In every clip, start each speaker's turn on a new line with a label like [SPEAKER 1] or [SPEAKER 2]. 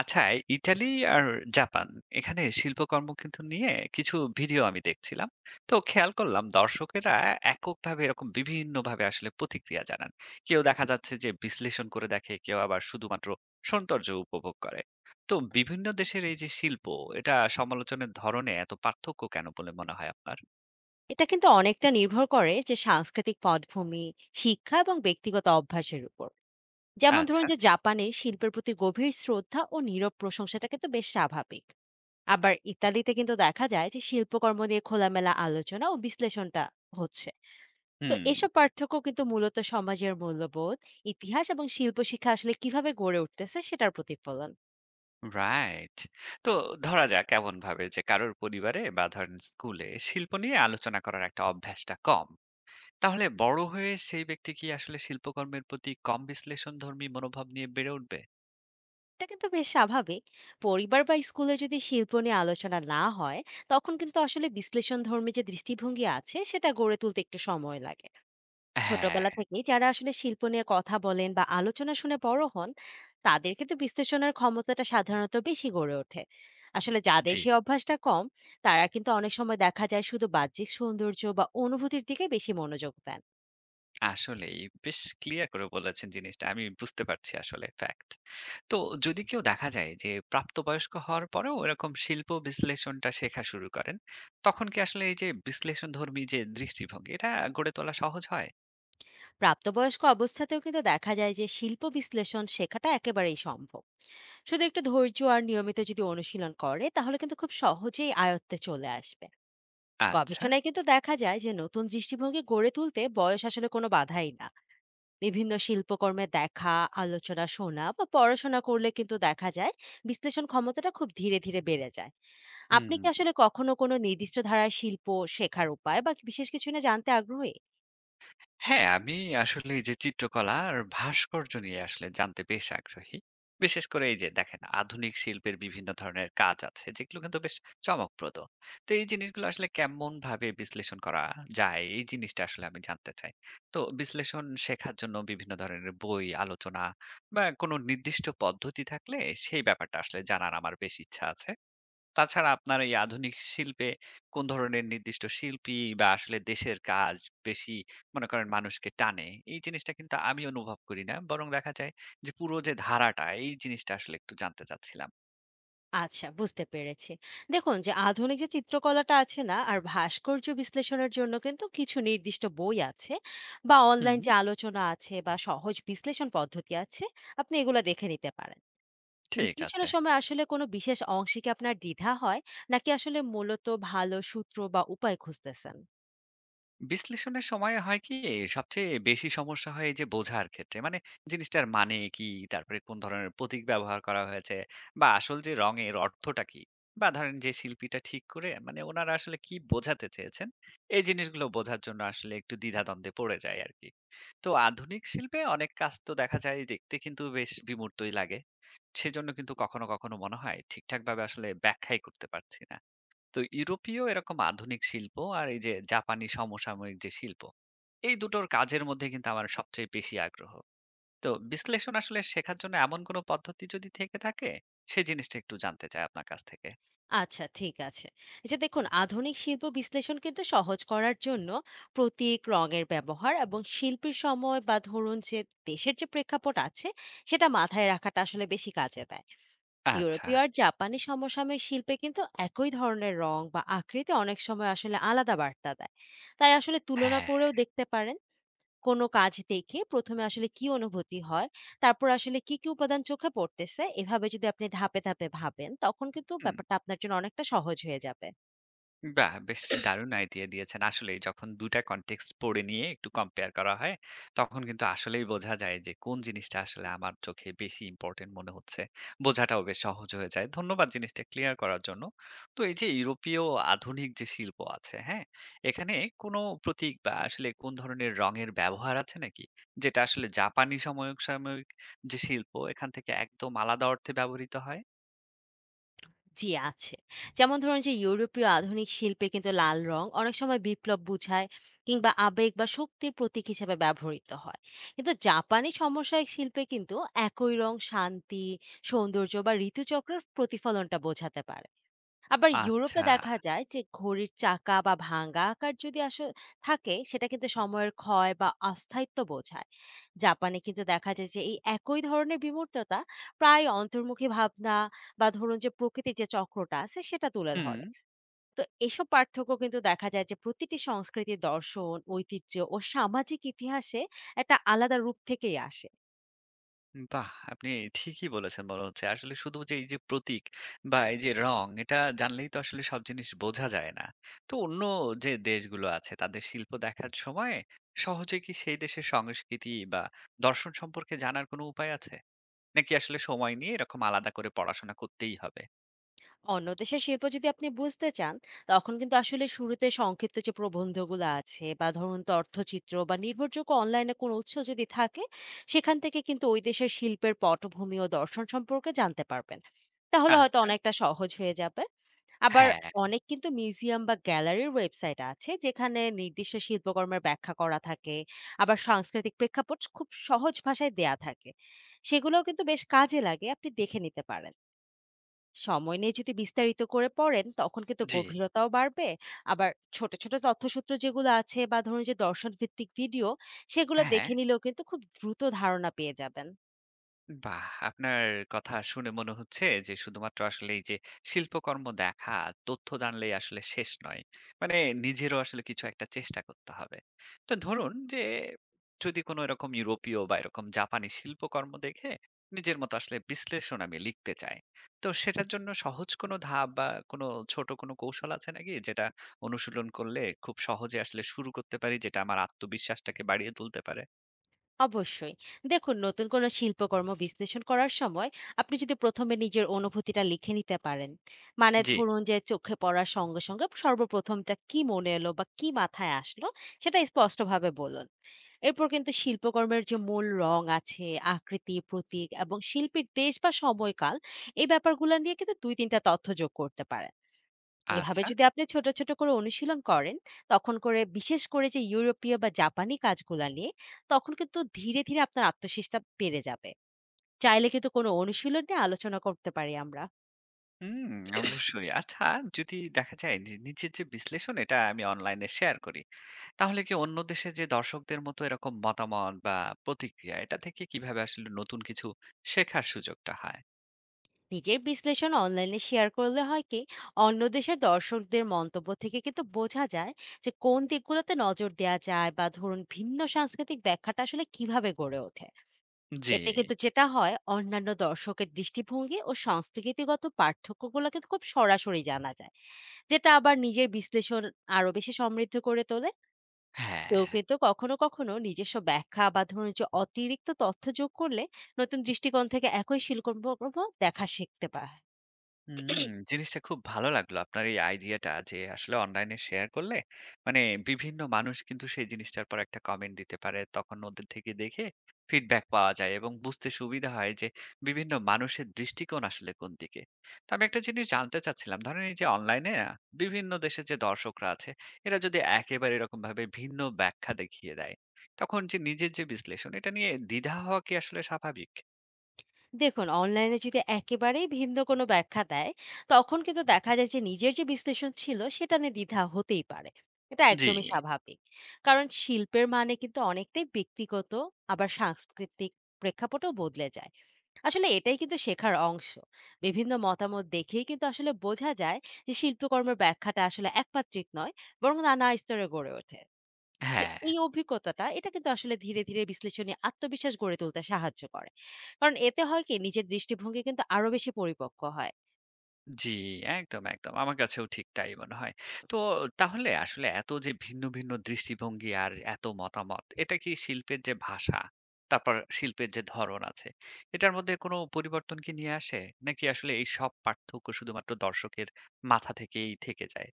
[SPEAKER 1] আচ্ছা, ইটালি আর জাপান এখানে শিল্পকর্ম কিন্তু নিয়ে কিছু ভিডিও আমি দেখছিলাম। তো খেয়াল করলাম দর্শকেরা এককভাবে এরকম বিভিন্নভাবে আসলে প্রতিক্রিয়া জানান। কেউ দেখা যাচ্ছে যে বিশ্লেষণ করে দেখে, কেউ আবার শুধুমাত্র সৌন্দর্য উপভোগ করে। তো বিভিন্ন দেশের এই যে শিল্প, এটা সমালোচনের ধরনে এত পার্থক্য কেন বলে মনে হয় আপনার?
[SPEAKER 2] এটা কিন্তু অনেকটা নির্ভর করে যে সাংস্কৃতিক পটভূমি, শিক্ষা এবং ব্যক্তিগত অভ্যাসের উপর। যেমন ধরুন
[SPEAKER 1] আচ্ছা।
[SPEAKER 2] যে জাপানে শিল্পের প্রতি গভীর শ্রদ্ধা ও নীরব প্রশংসাটা কিন্তু বেশ স্বাভাবিক। আবার ইতালিতে কিন্তু দেখা যায় যে শিল্পকর্ম নিয়ে খোলামেলা আলোচনা ও বিশ্লেষণটা হচ্ছে। তো
[SPEAKER 1] হুম।
[SPEAKER 2] এসব পার্থক্য কিন্তু মূলত সমাজের মূল্যবোধ, ইতিহাস এবং শিল্প শিক্ষা আসলে কিভাবে গড়ে উঠতেছে সেটার প্রতিফলন।
[SPEAKER 1] রাইট। তো ধরা যাক এমনভাবে যে কারোর পরিবারে বা ধরেন স্কুলে শিল্প নিয়ে আলোচনা করার একটা অভ্যাসটা কম। তাহলে বড় হয়ে সেই ব্যক্তি কি আসলে শিল্পকর্মের প্রতি কম বিশ্লেষণধর্মী মনোভাব নিয়ে বেড়ে উঠবে?
[SPEAKER 2] এটা কিন্তু বেশ স্বাভাবিক। পরিবার বা স্কুলে যদি শিল্প নিয়ে আলোচনা না হয়, তখন কিন্তু আসলে বিশ্লেষণধর্মী যে দৃষ্টিভঙ্গি আছে, সেটা গড়ে তুলতে একটু সময় লাগে।
[SPEAKER 1] হ্যাঁ।
[SPEAKER 2] ছোটবেলা থেকেই যারা আসলে শিল্প নিয়ে কথা বলেন বা আলোচনা শুনে বড় হন, তাদের কিন্তু বিশ্লেষণের ক্ষমতাটা সাধারণত বেশি গড়ে ওঠে। আসলে
[SPEAKER 1] জি।
[SPEAKER 2] যাদের সেই অভ্যাসটা কম, তারা কিন্তু অনেক সময় দেখা যায় শুধু বাহ্যিক সৌন্দর্য বা অনুভূতির দিকে বেশি মনোযোগ দেন।
[SPEAKER 1] আসলেই বেশ ক্লিয়ার করে বলেছেন জিনিসটা। আমি বুঝতে পারছি আসলে ফ্যাক্ট। তো যদি কেউ দেখা যায় যে প্রাপ্তবয়স্ক হওয়ার পরেও এরকম শিল্প বিশ্লেষণটা শেখা শুরু করেন, তখন কি আসলে এই যে বিশ্লেষণধর্মী যে দৃষ্টিভঙ্গি এটা গড়ে তোলা সহজ হয়?
[SPEAKER 2] প্রাপ্তবয়স্ক অবস্থাতেও কিন্তু দেখা যায় যে শিল্প বিশ্লেষণ শেখাটা একেবারেই সম্ভব। শুধু একটু ধৈর্য আর নিয়মিত যদি অনুশীলন করে তাহলে কিন্তু খুব সহজেই আয়ত্তে চলে আসবে।
[SPEAKER 1] আচ্ছা।
[SPEAKER 2] গবেষণায় কিন্তু দেখা যায় যে নতুন দৃষ্টিভঙ্গি গড়ে তুলতে বয়স আসলে কোনো বাধাই না। বিভিন্ন শিল্পকর্মে দেখা, আলোচনা শোনা বা পড়াশোনা করলে কিন্তু দেখা যায় বিশ্লেষণ ক্ষমতাটা খুব ধীরে ধীরে বেড়ে যায়। আপনি কি
[SPEAKER 1] হুম।
[SPEAKER 2] আসলে কখনো কোনো নির্দিষ্ট ধারার শিল্প শেখার উপায় বা বিশেষ কিছু না জানতে আগ্রহী?
[SPEAKER 1] হ্যাঁ, আমি আসলে এই যে চিত্রকলা আর ভাস্কর্য নিয়ে আসলে জানতে বেশ আগ্রহী। বিশেষ করে এই যে দেখেন আধুনিক শিল্পের বিভিন্ন ধরনের কাজ আছে যেগুলো কিন্তু বেশ চমকপ্রদ। তো এই জিনিসগুলো আসলে কেমন ভাবে বিশ্লেষণ করা যায় এই জিনিসটা আসলে আমি জানতে চাই। তো বিশ্লেষণ শেখার জন্য বিভিন্ন ধরনের বই, আলোচনা বা কোনো নির্দিষ্ট পদ্ধতি থাকলে সেই ব্যাপারটা আসলে জানার আমার বেশ ইচ্ছা আছে। তাছাড়া আপনার এই আধুনিক শিল্পে কোন ধরনের নির্দিষ্ট শিল্পী বা আসলে দেশের কাজ বেশি মনে করেন মানুষকে টানে? এই জিনিসটা কিন্তু আমি অনুভব করি না। বরং দেখা যায় যে পুরো যে ধারাটা এই জিনিসটা আসলে একটু জানতে চাচ্ছিলাম।
[SPEAKER 2] আচ্ছা, বুঝতে পেরেছি। দেখুন যে আধুনিক যে চিত্রকলাটা আছে না আর ভাস্কর্য বিশ্লেষণের জন্য কিন্তু কিছু নির্দিষ্ট বই আছে বা
[SPEAKER 1] হুম।
[SPEAKER 2] অনলাইন যে আলোচনা আছে বা সহজ বিশ্লেষণ পদ্ধতি আছে। আপনি এগুলো দেখে নিতে পারেন।
[SPEAKER 1] ঠিক আছে।
[SPEAKER 2] বিশ্লেষণের সময় আসলে কোনো বিশেষ অংশে কি আপনার দ্বিধা হয় নাকি আসলে মূলত ভালো সূত্র বা উপায় খুঁজতেছেন?
[SPEAKER 1] বিশ্লেষণের সময় হয় কি সবচেয়ে বেশি সমস্যা হয় এই যে বোঝার ক্ষেত্রে মানে জিনিসটার মানে কি, তারপরে কোন ধরনের প্রতীক ব্যবহার করা হয়েছে বা আসল যে রঙের অর্থটা কি বা ধরেন যে শিল্পীটা ঠিক করে মানে ওনারা আসলে কি বোঝাতে চেয়েছেন, এই জিনিসগুলো বোঝার জন্য আসলে একটু দ্বিধাদ্বন্দ্বে পড়ে যায় আর কি। তো আধুনিক শিল্পে অনেক কাজ তো দেখা যায় দেখতে কিন্তু বেশ বিমূর্তই লাগে। সেজন্য কিন্তু কখনো কখনো মনে হয় ঠিকঠাক ভাবে আসলে ব্যাখ্যাই করতে পারছি না। তো ইউরোপীয় এরকম আধুনিক শিল্প আর এই যে জাপানি সমসাময়িক যে শিল্প, এই দুটোর কাজের মধ্যে কিন্তু আমার সবচেয়ে বেশি আগ্রহ। তো বিশ্লেষণ আসলে শেখার জন্য এমন কোনো পদ্ধতি যদি থেকে থাকে সেই জিনিসটা একটু জানতে চাই আপনার কাছ থেকে।
[SPEAKER 2] আচ্ছা, ঠিক আছে। এই যে দেখুন আধুনিক শিল্প বিশ্লেষণ কিন্তু সহজ করার জন্য প্রতীক, রঙের ব্যবহার এবং শিল্পীর সময় বা ধরুন যে দেশের যে প্রেক্ষাপট আছে সেটা মাথায় রাখাটা আসলে বেশি কাজে দেয়।
[SPEAKER 1] আচ্ছা।
[SPEAKER 2] ইউরোপীয় আর জাপানি সমসাময়িক শিল্পে কিন্তু একই ধরনের রং বা আকৃতি অনেক সময় আসলে আলাদা বার্তা দেয়। তাই আসলে তুলনা
[SPEAKER 1] হ্যাঁ।
[SPEAKER 2] করেও দেখতে পারেন। কোনো কাজ দেখে ১ম এ আসলে কি অনুভূতি হয়, তারপর আসলে কি উপাদান চোখে পড়তেছে, এভাবে যদি আপনি ধাপে ভাবেন, তখন কিন্তু
[SPEAKER 1] হুম।
[SPEAKER 2] ব্যাপারটা আপনার জন্য অনেকটা সহজ হয়ে যাবে।
[SPEAKER 1] বাহ! বেশ দারুণ আইডিয়া দিয়েছেন। আসলেই যখন ২ টা কনটেক্সট পড়ে নিয়ে একটু কম্পেয়ার করা হয়, তখন কিন্তু আসলেই বোঝা যায় যে কোন জিনিসটা আসলে আমার চোখে বেশি ইম্পোর্টেন্ট মনে হচ্ছে। বোঝাটাও বেশ সহজ হয়ে যায়। ধন্যবাদ জিনিসটা ক্লিয়ার করার জন্য। তো এই যে ইউরোপীয় আধুনিক যে শিল্প আছে, হ্যাঁ? এখানে কোন প্রতীক বা আসলে কোন ধরনের রঙের ব্যবহার আছে নাকি? যেটা আসলে জাপানি সমসাময়িক যে শিল্প এখান থেকে একদম আলাদা অর্থে ব্যবহৃত হয়?
[SPEAKER 2] জি, আছে। যেমন ধরুন যে ইউরোপীয় আধুনিক শিল্পে কিন্তু লাল রং অনেক সময় বিপ্লব বুঝায় কিংবা আবেগ বা শক্তির প্রতীক হিসেবে ব্যবহৃত হয়। কিন্তু জাপানি সমসাময়িক শিল্পে কিন্তু একই রং শান্তি, সৌন্দর্য বা ঋতুচক্রের প্রতিফলনটা বোঝাতে পারে। আবার ইউরোপে
[SPEAKER 1] আচ্ছা।
[SPEAKER 2] দেখা যায় যে ঘড়ির চাকা বা ভাঙা আকার যদি আসলে থাকে সেটা কিন্তু সময়ের ক্ষয় বা অস্থায়িত্ব বোঝায়। জাপানে কিন্তু দেখা যায় যে এই একই ধরনের বিমূর্ততা প্রায় অন্তর্মুখী ভাবনা বা ধরুন যে প্রকৃতির যে চক্রটা আছে সেটা তুলে
[SPEAKER 1] হুম।
[SPEAKER 2] ধরে। তো এসব পার্থক্য কিন্তু দেখা যায় যে প্রতিটি সংস্কৃতির দর্শন, ঐতিহ্য ও সামাজিক ইতিহাসে একটা আলাদা রূপ থেকেই আসে।
[SPEAKER 1] বাহ! আপনি ঠিকই বলেছেন মনে হচ্ছে। আসলে শুধু যে এই যে প্রতীক বা এই যে রং, এটা জানলেই তো আসলে সব জিনিস বোঝা যায় না। তো অন্য যে দেশগুলো আছে তাদের শিল্প দেখার সময় সহজে কি সেই দেশের সংস্কৃতি বা দর্শন সম্পর্কে জানার কোনো উপায় আছে? নাকি আসলে সময় নিয়ে এরকম আলাদা করে পড়াশোনা করতেই হবে?
[SPEAKER 2] অন্য দেশের শিল্প যদি আপনি বুঝতে চান তখন কিন্তু আসলে শুরুতে সংক্ষিপ্ত যে প্রবন্ধগুলো আছে বা ধরুন তথ্যচিত্র বা নির্ভরযোগ্য অনলাইনে কোনো উৎস যদি থাকে সেখান থেকে কিন্তু ওই দেশের শিল্পের পটভূমি ও দর্শন সম্পর্কে জানতে পারবেন, তাহলে হয়তো
[SPEAKER 1] আচ্ছা।
[SPEAKER 2] অনেকটা সহজ হয়ে যাবে। আবার
[SPEAKER 1] হ্যাঁ।
[SPEAKER 2] অনেক কিন্তু মিউজিয়াম বা গ্যালারির ওয়েবসাইট আছে যেখানে নির্দিষ্ট শিল্পকর্মের ব্যাখ্যা করা থাকে, আবার সাংস্কৃতিক প্রেক্ষাপট খুব সহজ ভাষায় দেয়া থাকে। সেগুলোও কিন্তু বেশ কাজে লাগে, আপনি দেখে নিতে পারেন। সময় নিয়ে যদি বিস্তারিত করে পড়েন তখন কিন্তু
[SPEAKER 1] জি।
[SPEAKER 2] গভীরতাও বাড়বে। আবার ছোট ছোট তথ্যসূত্র যেগুলো আছে বা ধরুন যে দর্শন ভিত্তিক ভিডিও, সেগুলো
[SPEAKER 1] হ্যাঁ।
[SPEAKER 2] দেখে নিলেও কিন্তু খুব দ্রুত ধারণা পেয়ে যাবেন।
[SPEAKER 1] বাহ! আপনার কথা শুনে মনে হচ্ছে যে শুধুমাত্র আসলে এই যে শিল্পকর্ম দেখা, তথ্য জানলেই আসলে শেষ নয়। মানে নিজেরও আসলে কিছু একটা চেষ্টা করতে হবে। তো ধরুন যে, যদি কোনো এরকম ইউরোপীয় বা এরকম জাপানি শিল্পকর্ম দেখে নিজের মতো আসলে বিশ্লেষণ আমি লিখতে চাই। তো সেটার জন্য সহজ কোনো ধাপ বা কোনো ছোট কোনো কৌশল আছে নাকি? যেটা অনুশীলন করলে খুব সহজে আসলে শুরু করতে পারি, যেটা আমার আত্মবিশ্বাসটাকে বাড়িয়ে তুলতে পারে?
[SPEAKER 2] অবশ্যই। দেখুন, নতুন কোনো শিল্পকর্ম বিশ্লেষণ করার সময় আপনি যদি প্রথমে নিজের অনুভূতিটা লিখে নিতে পারেন, মানে
[SPEAKER 1] জি।
[SPEAKER 2] ধরুন যে চোখে পড়ার সঙ্গে সঙ্গে সর্বপ্রথমটা কি মনে এলো বা কি মাথায় আসলো সেটা স্পষ্টভাবে বলুন। এরপর কিন্তু শিল্পকর্মের যে মূল রং আছে, আকৃতি, প্রতীক এবং শিল্পীর দেশ বা সময়কাল এই ব্যাপারগুলো নিয়ে কিন্তু ২-৩ টা তথ্য যোগ করতে পারেন। এভাবে
[SPEAKER 1] আচ্ছা।
[SPEAKER 2] যদি আপনি ছোট করে অনুশীলন করেন, তখন করে বিশেষ করে যে ইউরোপীয় বা জাপানি কাজগুলা নিয়ে, তখন কিন্তু ধীরে আপনার আত্মবিশ্বাসটা বেড়ে যাবে। চাইলে কিন্তু কোনো অনুশীলন নিয়ে আলোচনা করতে পারি আমরা।
[SPEAKER 1] হুম, অবশ্যই। আচ্ছা, যদি দেখা যায় যে নিজের যে বিশ্লেষণ এটা আমি অনলাইনে শেয়ার করি, তাহলে কি অন্য দেশের যে দর্শকদের মতো এরকম মতামত বা প্রতিক্রিয়া এটা থেকে কিভাবে আসলে নতুন কিছু শেখার সুযোগটা হয়?
[SPEAKER 2] নিজের বিশ্লেষণ অনলাইনে শেয়ার করলে হয় কি অন্য দেশের দর্শকদের মন্তব্য থেকে কিন্তু বোঝা যায় যে কোন দিকগুলোতে নজর দেওয়া যায় বা ধরুন ভিন্ন সাংস্কৃতিক ব্যাখ্যাটা আসলে কিভাবে গড়ে ওঠে।
[SPEAKER 1] জি।
[SPEAKER 2] এতে কিন্তু যেটা হয় অন্যান্য দর্শকের দৃষ্টিভঙ্গি ও সংস্কৃতিগত পার্থক্যগুলো কিন্তু খুব সরাসরি জানা যায়, যেটা আবার নিজের বিশ্লেষণ আরো বেশি সমৃদ্ধ করে তোলে। কেউ
[SPEAKER 1] হ্যাঁ।
[SPEAKER 2] কিন্তু কখনো কখনো নিজস্ব ব্যাখ্যা বা ধরুন যে অতিরিক্ত তথ্য যোগ করলে নতুন দৃষ্টিকোণ থেকে একই শিল্পকর্ম দেখা শিখতে পায়।
[SPEAKER 1] হুম, জিনিসটা খুব ভালো লাগলো আপনার এই আইডিয়াটা যে আসলে অনলাইনে শেয়ার করলে মানে বিভিন্ন মানুষ কিন্তু সেই জিনিসটার পর একটা কমেন্ট দিতে পারে, তখন ওদের থেকে দেখে ফিডব্যাক পাওয়া যায় এবং বুঝতে সুবিধা হয় যে বিভিন্ন মানুষের দৃষ্টিকোণ আসলে কোন দিকে। তো আমি একটা জিনিস জানতে চাচ্ছিলাম, ধরেন এই যে অনলাইনে বিভিন্ন দেশের যে দর্শকরা আছে, এরা যদি একেবারে এরকম ভাবে ভিন্ন ব্যাখ্যা দেখিয়ে দেয় তখন যে নিজের যে বিশ্লেষণ এটা নিয়ে দ্বিধা হওয়া কি আসলে স্বাভাবিক?
[SPEAKER 2] দেখুন, অনলাইনে যদি একেবারেই ভিন্ন কোনো ব্যাখ্যা দেয় তখন কিন্তু দেখা যায় যে নিজের যে বিশ্লেষণ ছিল সেটা নিয়ে দ্বিধা হতেই পারে। এটা
[SPEAKER 1] জি।
[SPEAKER 2] একদমই স্বাভাবিক। কারণ শিল্পের মানে কিন্তু অনেকটাই ব্যক্তিগত, আবার সাংস্কৃতিক প্রেক্ষাপটও বদলে যায়। আসলে এটাই কিন্তু শেখার অংশ। বিভিন্ন মতামত দেখেই কিন্তু আসলে বোঝা যায় যে শিল্পকর্মের ব্যাখ্যাটা আসলে একমাত্রিক নয়, বরং নানা স্তরে গড়ে ওঠে। তো
[SPEAKER 1] হ্যাঁ।
[SPEAKER 2] এই অভিজ্ঞতাটা এটা কিন্তু আসলে ধীরে বিশ্লেষণী আত্মবিশ্বাস গড়ে তুলতে সাহায্য করে। কারণ এতে হয় কি নিজের দৃষ্টিভঙ্গি কিন্তু আরো বেশি পরিপক্ক হয়।
[SPEAKER 1] জি, একদম, একদম। আমার কাছেও ঠিক তাই মনে হয়। তো তাহলে আসলে এত যে ভিন্ন, ভিন্ন দৃষ্টিভঙ্গি আর এত মতামত, এটা কি শিল্পের যে ভাষা, তারপর শিল্পের যে ধরন আছে, এটার মধ্যে কোনো পরিবর্তন কি নিয়ে আসে? নাকি আসলে এই সব পার্থক্য শুধুমাত্র দর্শকের মাথা থেকেই থেকে যায়?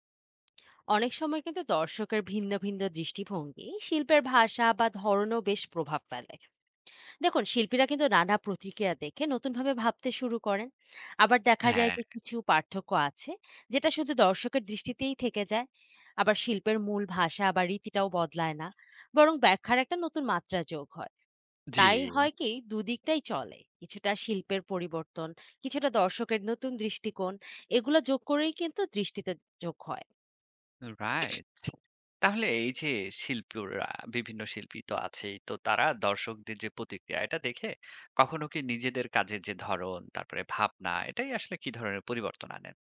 [SPEAKER 2] অনেক সময় কিন্তু দর্শকের ভিন্ন দৃষ্টিভঙ্গি শিল্পের ভাষা বা ধরনও বেশ প্রভাব ফেলে। দেখুন, শিল্পীরা কিন্তু নানা প্রতিক্রিয়া দেখে নতুনভাবে ভাবতে শুরু করেন। আবার দেখা যায়
[SPEAKER 1] হ্যাঁ।
[SPEAKER 2] যে কিছু পার্থক্য আছে যেটা শুধু দর্শকের দৃষ্টিতেই থেকে যায়। আবার শিল্পের মূল ভাষা বা রীতিটাও বদলায় না, বরং ব্যাখ্যার একটা নতুন মাত্রা যোগ হয়।
[SPEAKER 1] জি।
[SPEAKER 2] তাই হয় কি দুদিকটাই চলে। কিছুটা শিল্পের পরিবর্তন, কিছুটা দর্শকের নতুন দৃষ্টিকোণ, এগুলো যোগ করেই কিন্তু দৃষ্টিতে যোগ হয়।
[SPEAKER 1] রাইট। তাহলে এই যে শিল্পীরা, বিভিন্ন শিল্পী তো আছেই। তো তারা দর্শকদের যে প্রতিক্রিয়া এটা দেখে কখনো কি নিজেদের কাজের যে ধরন, তারপরে ভাবনা এটাই আসলে কি ধরনের পরিবর্তন আনেন?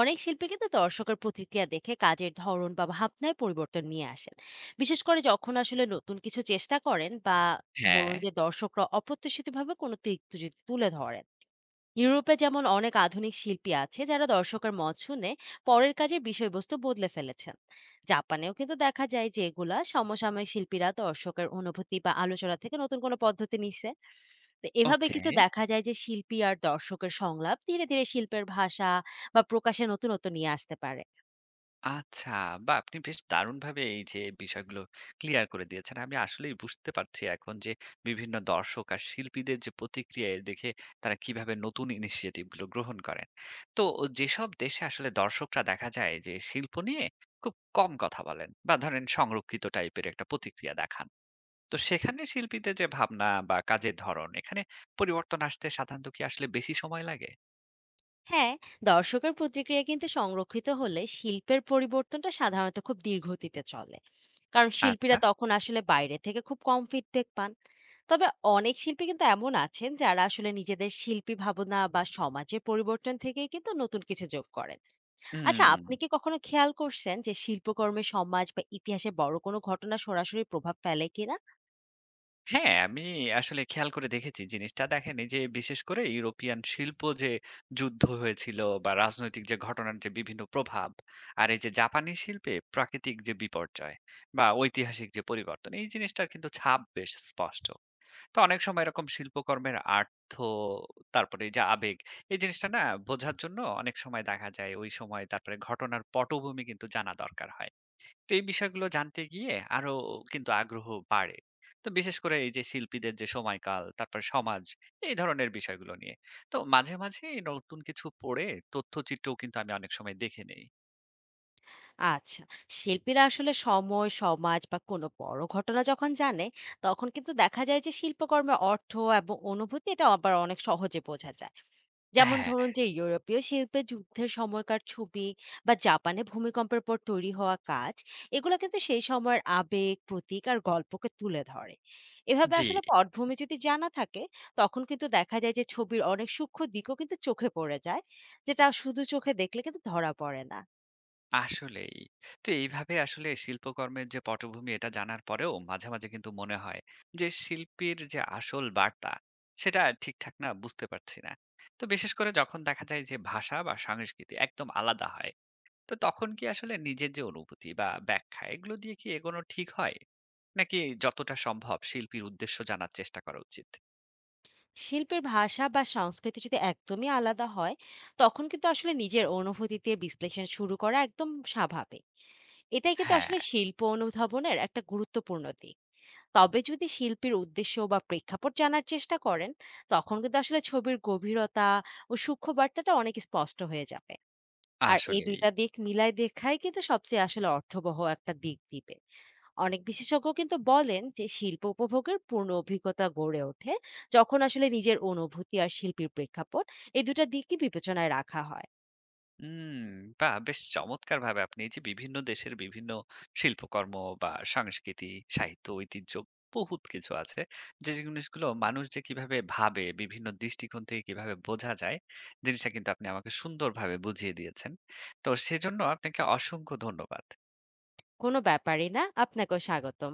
[SPEAKER 2] অনেক শিল্পী কিন্তু দর্শকের প্রতিক্রিয়া দেখে কাজের ধরন বা ভাবনায় পরিবর্তন নিয়ে আসেন। বিশেষ করে যখন আসলে নতুন কিছু চেষ্টা করেন বা
[SPEAKER 1] হ্যাঁ।
[SPEAKER 2] ধরুন যে দর্শকরা অপ্রত্যাশিতভাবে কোনো দিক যদি তুলে ধরেন। ইউরোপে যেমন অনেক আধুনিক শিল্পী আছে যারা দর্শকের মত শুনে পরের কাজের বিষয়বস্তু বদলে ফেলেছেন। জাপানেও কিন্তু দেখা যায় যে এগুলা সমসাময়িক শিল্পীরা দর্শকের অনুভূতি বা আলোচনা থেকে নতুন কোনো পদ্ধতি নিচ্ছে। তো এভাবে
[SPEAKER 1] ওকে।
[SPEAKER 2] কিন্তু দেখা যায় যে শিল্পী আর দর্শকের সংলাপ ধীরে ধীরে শিল্পের ভাষা বা প্রকাশে নতুনত্ব নিয়ে আসতে পারে।
[SPEAKER 1] আচ্ছা, বাহ! আপনি বেশ দারুণভাবে এই যে বিষয়গুলো ক্লিয়ার করে দিয়েছেন। আমি আসলেই বুঝতে পারছি এখন যে বিভিন্ন দর্শক আর শিল্পীদের যে প্রতিক্রিয়া এ দেখে তারা কিভাবে নতুন ইনিশিয়েটিভ গুলো গ্রহণ করেন। তো যেসব দেশে আসলে দর্শকরা দেখা যায় যে শিল্প নিয়ে খুব কম কথা বলেন বা ধরেন সংরক্ষিত টাইপের একটা প্রতিক্রিয়া দেখান। তো সেখানে শিল্পীদের যে ভাবনা বা কাজের ধরন এখানে পরিবর্তন আসতে সাধারণত কি আসলে বেশি সময় লাগে?
[SPEAKER 2] হ্যাঁ, দর্শকের প্রতিক্রিয়া কিন্তু সংরক্ষিত হলে শিল্পের পরিবর্তনটা সাধারণত খুব ধীরগতিতে চলে। কারণ
[SPEAKER 1] আচ্ছা।
[SPEAKER 2] শিল্পীরা তখন আসলে বাইরে থেকে খুব কম ফিডব্যাক পান। তবে অনেক শিল্পী কিন্তু এমন আছেন যারা আসলে নিজেদের শিল্পী ভাবনা বা সমাজের পরিবর্তন থেকেই কিন্তু নতুন কিছু যোগ করেন। আচ্ছা,
[SPEAKER 1] হুম।
[SPEAKER 2] আপনি কি কখনো খেয়াল করছেন যে শিল্পকর্মে সমাজ বা ইতিহাসে বড় কোনো ঘটনা সরাসরি প্রভাব ফেলে কিনা?
[SPEAKER 1] হ্যাঁ, আমি আসলে খেয়াল করে দেখেছি জিনিসটা। দেখেন এই যে বিশেষ করে ইউরোপিয়ান শিল্প, যে যুদ্ধ হয়েছিল বা রাজনৈতিক যে ঘটনার যে বিভিন্ন প্রভাব, আর এই যে জাপানি শিল্পে প্রাকৃতিক যে বিপর্যয় বা ঐতিহাসিক যে পরিবর্তন, এই জিনিসটার কিন্তু ছাপ বেশ স্পষ্ট। তো অনেক সময় এরকম শিল্পকর্মের আর্থ, তারপরে এই যে আবেগ, এই জিনিসটা না বোঝার জন্য অনেক সময় দেখা যায় ওই সময় তারপরে ঘটনার পটভূমি কিন্তু জানা দরকার হয়। তো এই বিষয়গুলো জানতে গিয়ে আরো কিন্তু আগ্রহ বাড়ে। তো বিশেষ করে এই যে শিল্পীদের যে সময়কাল, তারপর সমাজ, এই ধরনের বিষয়গুলো নিয়ে। তো মাঝে, মাঝে এই নতুন কিছু পড়ে তথ্যচিত্রও কিন্তু আমি অনেক সময় দেখে নেই।
[SPEAKER 2] আচ্ছা। শিল্পীরা আসলে সময়, সমাজ বা কোনো বড় ঘটনা যখন জানে, তখন কিন্তু দেখা যায় যে শিল্পকর্মের অর্থ এবং অনুভূতি এটা আবার অনেক সহজে বোঝা যায়। যেমন
[SPEAKER 1] হ্যাঁ।
[SPEAKER 2] ধরুন যে ইউরোপীয় শিল্পে যুদ্ধের সময়কার ছবি বা জাপানে ভূমিকম্পের পর তৈরি হওয়া কাজ, এগুলো কিন্তু সেই সময়ের আবেগ, প্রতীক আর গল্পকে তুলে ধরে। এভাবে
[SPEAKER 1] জি।
[SPEAKER 2] আসলে পটভূমি যদি জানা থাকে, তখন কিন্তু দেখা যায় যে ছবির অনেক সূক্ষ্ম দিকও কিন্তু চোখে পড়ে যায়, যেটা শুধু চোখে দেখলে কিন্তু ধরা পড়ে না।
[SPEAKER 1] আসলেই। তো এইভাবে আসলে শিল্পকর্মের যে পটভূমি এটা জানার পরেও মাঝে, মাঝে কিন্তু মনে হয় যে শিল্পীর যে আসল বার্তা, সেটা ঠিকঠাক না বুঝতে পারছি না। তো বিশেষ করে যখন দেখা যায় যে ভাষা বা সংস্কৃতি একদম আলাদা হয়। তো তখন কি আসলে নিজের যে অনুভূতি বা ব্যাখ্যা এগুলো দিয়ে কি এগোনো ঠিক হয়, নাকি যতটা সম্ভব শিল্পীর উদ্দেশ্য জানার চেষ্টা করা উচিত?
[SPEAKER 2] শিল্পের ভাষা বা সংস্কৃতি যদি একদমই আলাদা হয়, তখন কিন্তু আসলে নিজের অনুভূতি দিয়ে বিশ্লেষণ শুরু করা একদম স্বাভাবিক। এটাই কিন্তু
[SPEAKER 1] হ্যাঁ।
[SPEAKER 2] আসলে শিল্প অনুধাবনের একটা গুরুত্বপূর্ণ দিক। তবে যদি শিল্পীর উদ্দেশ্য বা প্রেক্ষাপট জানার চেষ্টা করেন, তখন কিন্তু আসলে ছবির গভীরতা ও সূক্ষ্ম বার্তাটা অনেক স্পষ্ট হয়ে যাবে। আর এই
[SPEAKER 1] আসলেই।
[SPEAKER 2] দুইটা দিক মিলায় দেখাই কিন্তু সবচেয়ে আসলে অর্থবহ একটা দিক দিবে। অনেক বিশেষজ্ঞ কিন্তু বলেন যে শিল্প উপভোগের পূর্ণ অভিজ্ঞতা গড়ে ওঠে যখন আসলে নিজের অনুভূতি আর শিল্পীর প্রেক্ষাপট এই দুটা দিকই বিবেচনায় রাখা হয়।
[SPEAKER 1] হুম। বা বেশ চমৎকার ভাবে আপনি এই যে বিভিন্ন দেশের বিভিন্ন শিল্পকর্ম বা সংস্কৃতি, সাহিত্য, ঐতিহ্য, বহুত কিছু আছে, যে জিনিসগুলো মানুষ যে কিভাবে ভাবে, বিভিন্ন দৃষ্টিকোণ থেকে কিভাবে বোঝা যায়, জিনিসটা কিন্তু আপনি আমাকে সুন্দরভাবে বুঝিয়ে দিয়েছেন। তো সেজন্য আপনাকে অসংখ্য ধন্যবাদ।
[SPEAKER 2] কোনো ব্যাপারই না, আপনাকেও স্বাগতম।